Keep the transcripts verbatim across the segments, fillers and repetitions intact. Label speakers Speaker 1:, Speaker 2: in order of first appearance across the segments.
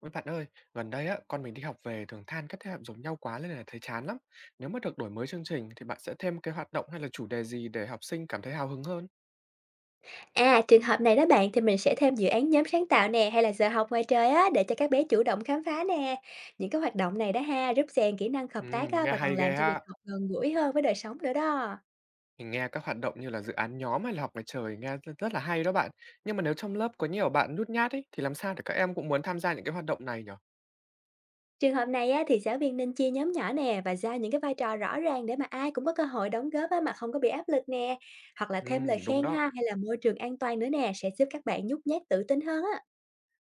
Speaker 1: Với bạn ơi, gần đây á, con mình đi học về thường than các thế hệ giống nhau quá nên là thấy chán lắm. Nếu mà được đổi mới chương trình thì bạn sẽ thêm cái hoạt động hay là chủ đề gì để học sinh cảm thấy hào hứng hơn?
Speaker 2: À, trường hợp này đó bạn thì mình sẽ thêm dự án nhóm sáng tạo nè hay là giờ học ngoài trời á để cho các bé chủ động khám phá nè. Những cái hoạt động này đó ha giúp rèn kỹ năng hợp
Speaker 1: Ừ,
Speaker 2: tác á,
Speaker 1: nghe
Speaker 2: và còn
Speaker 1: hay ghê
Speaker 2: làm cho việc
Speaker 1: ha.
Speaker 2: học gần gũi hơn với đời sống nữa đó.
Speaker 1: Mình nghe các hoạt động như là dự án nhóm hay là học ngoài trời nghe rất rất là hay đó bạn. Nhưng mà nếu trong lớp có nhiều bạn nhút nhát ấy, thì làm sao để các em cũng muốn tham gia những cái hoạt động này nhở?
Speaker 2: Trường hợp này á, thì giáo viên nên chia nhóm nhỏ nè và giao những cái vai trò rõ ràng để mà ai cũng có cơ hội đóng góp á, mà không có bị áp lực nè. Hoặc là
Speaker 1: Ừ,
Speaker 2: thêm lời
Speaker 1: đúng
Speaker 2: khen ha
Speaker 1: đó.
Speaker 2: hay là môi trường an toàn nữa nè sẽ giúp các bạn nhút nhát tự tin hơn á.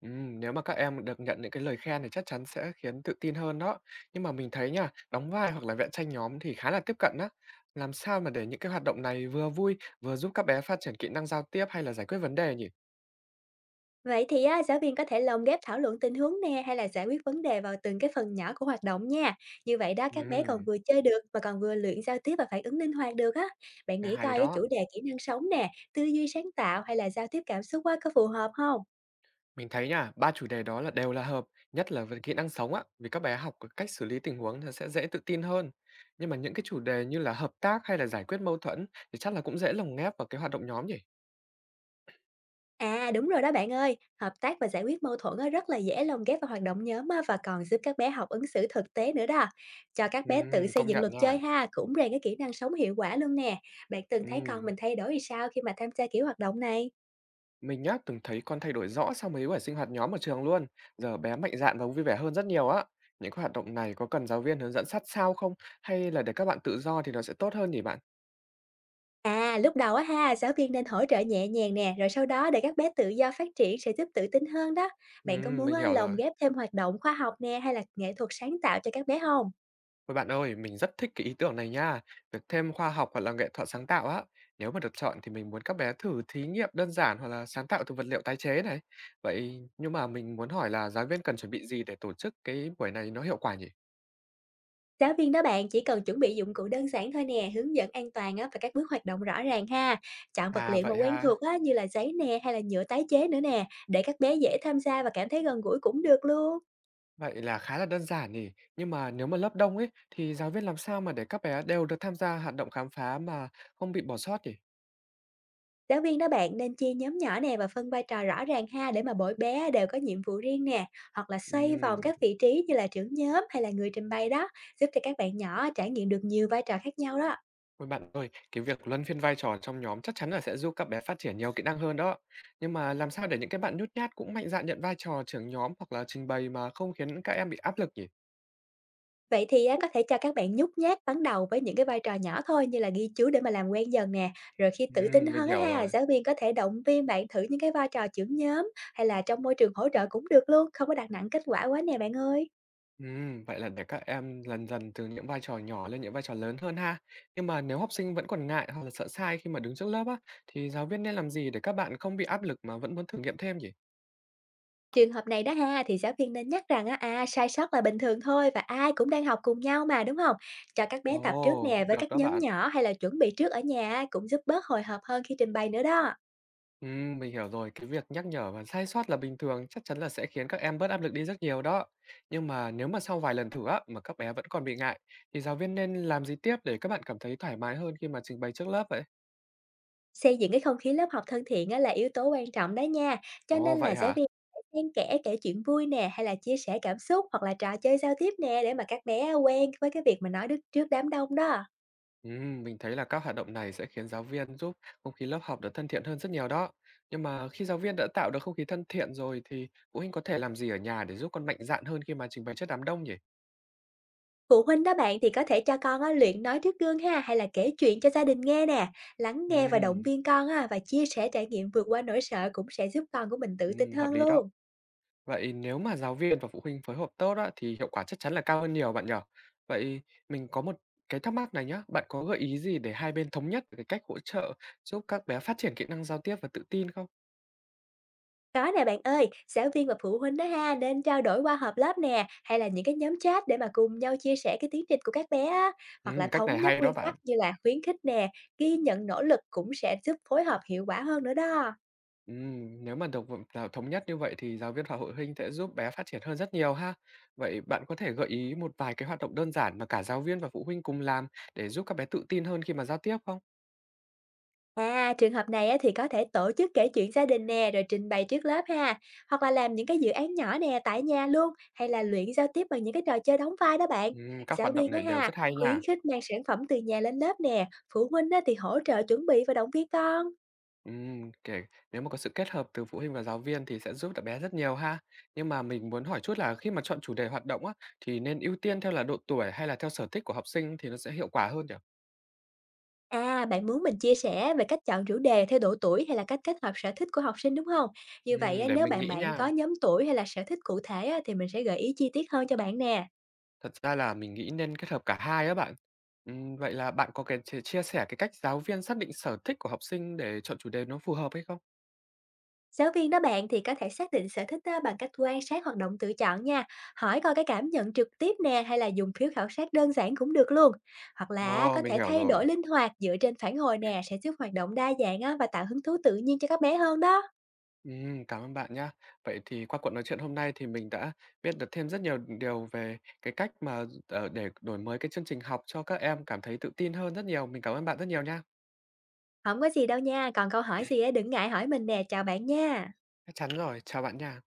Speaker 1: Ừm, nếu mà các em được nhận những cái lời khen thì chắc chắn sẽ khiến tự tin hơn đó. Nhưng mà mình thấy nha, đóng vai hoặc là vẽ tranh nhóm thì khá là tiếp cận đó. Làm sao mà để những cái hoạt động này vừa vui, vừa giúp các bé phát triển kỹ năng giao tiếp hay là giải quyết vấn đề nhỉ?
Speaker 2: Vậy thì á, giáo viên có thể lồng ghép thảo luận tình huống nè hay là giải quyết vấn đề vào từng cái phần nhỏ của hoạt động nha. Như vậy đó các bé còn
Speaker 1: Ừm,
Speaker 2: vừa chơi được mà còn vừa luyện giao tiếp và phản ứng linh hoạt được á. Bạn
Speaker 1: cái
Speaker 2: nghĩ
Speaker 1: hay
Speaker 2: coi cái
Speaker 1: đó.
Speaker 2: chủ đề kỹ năng sống nè, tư duy sáng tạo hay là giao tiếp cảm xúc á, có phù hợp không?
Speaker 1: Mình thấy nha, ba chủ đề đó là đều là hợp, nhất là về kỹ năng sống á, vì các bé học cái cách xử lý tình huống thì sẽ dễ tự tin hơn. Nhưng mà những cái chủ đề như là hợp tác hay là giải quyết mâu thuẫn thì chắc là cũng dễ lồng ghép vào cái hoạt động nhóm nhỉ?
Speaker 2: À đúng rồi đó bạn ơi, hợp tác và giải quyết mâu thuẫn á, rất là dễ lồng ghép vào hoạt động nhóm á, và còn giúp các bé học ứng xử thực tế nữa đó. Cho các bé tự
Speaker 1: Ừm,
Speaker 2: xây
Speaker 1: công
Speaker 2: dựng
Speaker 1: nhận
Speaker 2: luật chơi
Speaker 1: nha.
Speaker 2: ha, cũng rèn cái kỹ năng sống hiệu quả luôn nè. Bạn từng thấy con
Speaker 1: Ừm.
Speaker 2: mình thay đổi thì sao khi mà tham gia kiểu hoạt động này?
Speaker 1: Mình nhá, từng thấy con thay đổi rõ sau mấy buổi sinh hoạt nhóm ở trường luôn. Giờ bé mạnh dạn và vui vẻ hơn rất nhiều á. Những cái hoạt động này có cần giáo viên hướng dẫn sát sao không? Hay là để các bạn tự do thì nó sẽ tốt hơn nhỉ bạn?
Speaker 2: À, lúc đầu á ha, giáo viên nên hỗ trợ nhẹ nhàng nè, rồi sau đó để các bé tự do phát triển sẽ giúp tự tin hơn đó. Bạn có
Speaker 1: Ừm,
Speaker 2: muốn
Speaker 1: mình
Speaker 2: á,
Speaker 1: hiểu
Speaker 2: lồng
Speaker 1: rồi.
Speaker 2: ghép thêm hoạt động khoa học nè hay là nghệ thuật sáng tạo cho các bé không?
Speaker 1: Ôi bạn ơi, mình rất thích cái ý tưởng này nha. Việc thêm khoa học hoặc là nghệ thuật sáng tạo á. Nếu mà được chọn thì mình muốn các bé thử thí nghiệm đơn giản hoặc là sáng tạo từ vật liệu tái chế này. Vậy nhưng mà mình muốn hỏi là giáo viên cần chuẩn bị gì để tổ chức cái buổi này nó hiệu quả nhỉ?
Speaker 2: Giáo viên đó bạn chỉ cần chuẩn bị dụng cụ đơn giản thôi nè, hướng dẫn an toàn á, và các bước hoạt động rõ ràng ha. Chọn vật
Speaker 1: À
Speaker 2: liệu mà
Speaker 1: vậy
Speaker 2: quen
Speaker 1: ha.
Speaker 2: thuộc á, như là giấy nè hay là nhựa tái chế nữa nè, để các bé dễ tham gia và cảm thấy gần gũi cũng được luôn.
Speaker 1: Vậy là khá là đơn giản nhỉ. Nhưng mà nếu mà lớp đông ấy thì giáo viên làm sao mà để các bé đều được tham gia hoạt động khám phá mà không bị bỏ sót nhỉ?
Speaker 2: Giáo viên đó bạn nên chia nhóm nhỏ nè và phân vai trò rõ ràng ha để mà mỗi bé đều có nhiệm vụ riêng nè, hoặc là xoay vòng
Speaker 1: Ừm.
Speaker 2: các vị trí như là trưởng nhóm hay là người trình bày đó, giúp cho các bạn nhỏ trải nghiệm được nhiều vai trò khác nhau đó.
Speaker 1: Ôi bạn ơi, cái việc luân phiên vai trò trong nhóm chắc chắn là sẽ giúp các bé phát triển nhiều kỹ năng hơn đó. Nhưng mà làm sao để những cái bạn nhút nhát cũng mạnh dạn nhận vai trò trưởng nhóm hoặc là trình bày mà không khiến các em bị áp lực nhỉ?
Speaker 2: Vậy thì á, có thể cho các bạn nhút nhát ban đầu với những cái vai trò nhỏ thôi như là ghi chú để mà làm quen dần nè. Rồi khi tự tin
Speaker 1: Ừm, mình
Speaker 2: hơn á
Speaker 1: hiểu
Speaker 2: ha,
Speaker 1: rồi.
Speaker 2: giáo viên có thể động viên bạn thử những cái vai trò trưởng nhóm hay là trong môi trường hỗ trợ cũng được luôn, không có đặt nặng kết quả quá nè bạn ơi.
Speaker 1: Ừm, vậy là để các em dần dần từ những vai trò nhỏ lên những vai trò lớn hơn ha. Nhưng mà nếu học sinh vẫn còn ngại hoặc là sợ sai khi mà đứng trước lớp á, thì giáo viên nên làm gì để các bạn không bị áp lực mà vẫn muốn thử nghiệm thêm nhỉ?
Speaker 2: Trường hợp này đó ha, thì giáo viên nên nhắc rằng á, à, sai sót là bình thường thôi và ai cũng đang học cùng nhau mà, đúng không? Cho các bé tập trước
Speaker 1: Ồ,
Speaker 2: nè với
Speaker 1: được
Speaker 2: các
Speaker 1: đó
Speaker 2: nhóm
Speaker 1: bạn.
Speaker 2: nhỏ hay là chuẩn bị trước ở nhà á, cũng giúp bớt hồi hộp hơn khi trình bày nữa đó.
Speaker 1: Ừm, mình hiểu rồi, cái việc nhắc nhở và sai sót là bình thường, chắc chắn là sẽ khiến các em bớt áp lực đi rất nhiều đó. Nhưng mà nếu mà sau vài lần thử á, mà các bé vẫn còn bị ngại, thì giáo viên nên làm gì tiếp để các bạn cảm thấy thoải mái hơn khi mà trình bày trước lớp vậy?
Speaker 2: Xây dựng cái không khí lớp học thân thiện á, là yếu tố quan trọng đó nha, cho
Speaker 1: Ồ,
Speaker 2: nên
Speaker 1: vậy
Speaker 2: là giáo
Speaker 1: hả?
Speaker 2: viên phải xen kẽ kể chuyện vui nè, hay là chia sẻ cảm xúc hoặc là trò chơi giao tiếp nè, để mà các bé quen với cái việc mà nói đức trước đám đông đó.
Speaker 1: Ừm, mình thấy là các hoạt động này sẽ khiến giáo viên giúp không khí lớp học được thân thiện hơn rất nhiều đó. Nhưng mà khi giáo viên đã tạo được không khí thân thiện rồi thì phụ huynh có thể làm gì ở nhà để giúp con mạnh dạn hơn khi mà trình bày trước đám đông nhỉ?
Speaker 2: Phụ huynh đó bạn thì có thể cho con á, luyện nói trước gương ha hay là kể chuyện cho gia đình nghe nè, lắng nghe và động
Speaker 1: Ừm,
Speaker 2: viên con á, và chia sẻ trải nghiệm vượt qua nỗi sợ cũng sẽ giúp con của mình tự tin
Speaker 1: ừm, hợp
Speaker 2: hơn
Speaker 1: lý đó.
Speaker 2: luôn.
Speaker 1: Vậy nếu mà giáo viên và phụ huynh phối hợp tốt đó thì hiệu quả chắc chắn là cao hơn nhiều bạn nhỉ? Vậy mình có một cái thắc mắc này nhá, bạn có gợi ý gì để hai bên thống nhất về cái cách hỗ trợ giúp các bé phát triển kỹ năng giao tiếp và tự tin không?
Speaker 2: Có nè bạn ơi, giáo viên và phụ huynh đó ha nên trao đổi qua họp lớp nè hay là những cái nhóm chat để mà cùng nhau chia sẻ cái tiến trình của các bé á, hoặc là
Speaker 1: Ừm, cách này
Speaker 2: thống nhất
Speaker 1: hay
Speaker 2: nguyên
Speaker 1: đó
Speaker 2: tắc
Speaker 1: bạn.
Speaker 2: như là khuyến khích nè, ghi nhận nỗ lực cũng sẽ giúp phối hợp hiệu quả hơn nữa đó.
Speaker 1: Ừm, nếu mà đồng v t thống nhất như vậy thì giáo viên và phụ huynh sẽ giúp bé phát triển hơn rất nhiều ha. Vậy bạn có thể gợi ý một vài cái hoạt động đơn giản mà cả giáo viên và phụ huynh cùng làm để giúp các bé tự tin hơn khi mà giao tiếp không?
Speaker 2: À, trường hợp này á, thì có thể tổ chức kể chuyện gia đình nè, rồi trình bày trước lớp ha, hoặc là làm những cái dự án nhỏ nè tại nhà luôn, hay là luyện giao tiếp bằng những cái trò chơi đóng vai đó bạn.
Speaker 1: Ừm, các
Speaker 2: Giáo
Speaker 1: hoạt động
Speaker 2: viên đó
Speaker 1: này đều
Speaker 2: ha,
Speaker 1: rất hay
Speaker 2: khuyến
Speaker 1: nha.
Speaker 2: khích mang sản phẩm từ nhà lên lớp nè, phụ huynh á, thì hỗ trợ chuẩn bị và động viên con.
Speaker 1: Ừm, kể nếu mà có sự kết hợp từ phụ huynh và giáo viên thì sẽ giúp được bé rất nhiều ha. Nhưng mà mình muốn hỏi chút là khi mà chọn chủ đề hoạt động á, thì nên ưu tiên theo là độ tuổi hay là theo sở thích của học sinh thì nó sẽ hiệu quả hơn nhỉ?
Speaker 2: À, bạn muốn mình chia sẻ về cách chọn chủ đề theo độ tuổi hay là cách kết hợp sở thích của học sinh đúng không? Như vậy
Speaker 1: Ừm,
Speaker 2: á,
Speaker 1: để
Speaker 2: nếu
Speaker 1: mình
Speaker 2: bạn
Speaker 1: nghĩ
Speaker 2: bạn có
Speaker 1: nha.
Speaker 2: nhóm tuổi hay là sở thích cụ thể á, thì mình sẽ gợi ý chi tiết hơn cho bạn nè.
Speaker 1: Thật ra là mình nghĩ nên kết hợp cả hai á bạn. Ừm, vậy là bạn có cái chia chia sẻ cái cách giáo viên xác định sở thích của học sinh để chọn chủ đề nó phù hợp hay không?
Speaker 2: Giáo viên đó bạn thì có thể xác định sở thích á, bằng cách quan sát hoạt động tự chọn nha, hỏi coi cái cảm nhận trực tiếp nè hay là dùng phiếu khảo sát đơn giản cũng được luôn. Hoặc là
Speaker 1: Ồ,
Speaker 2: có
Speaker 1: mình
Speaker 2: thể
Speaker 1: hiểu
Speaker 2: thay
Speaker 1: rồi.
Speaker 2: đổi linh hoạt dựa trên phản hồi nè sẽ giúp hoạt động đa dạng á, và tạo hứng thú tự nhiên cho các bé hơn đó.
Speaker 1: Ừm, cảm ơn bạn nhá. Vậy thì qua cuộc nói chuyện hôm nay thì mình đã biết được thêm rất nhiều điều về cái cách mà, ờ, để đổi mới cái chương trình học cho các em cảm thấy tự tin hơn rất nhiều. Mình cảm ơn bạn rất nhiều nha.
Speaker 2: Không có gì đâu nha, còn câu hỏi gì á, đừng ngại hỏi mình nè, chào bạn nha.
Speaker 1: Chắc chắn rồi, chào bạn nha.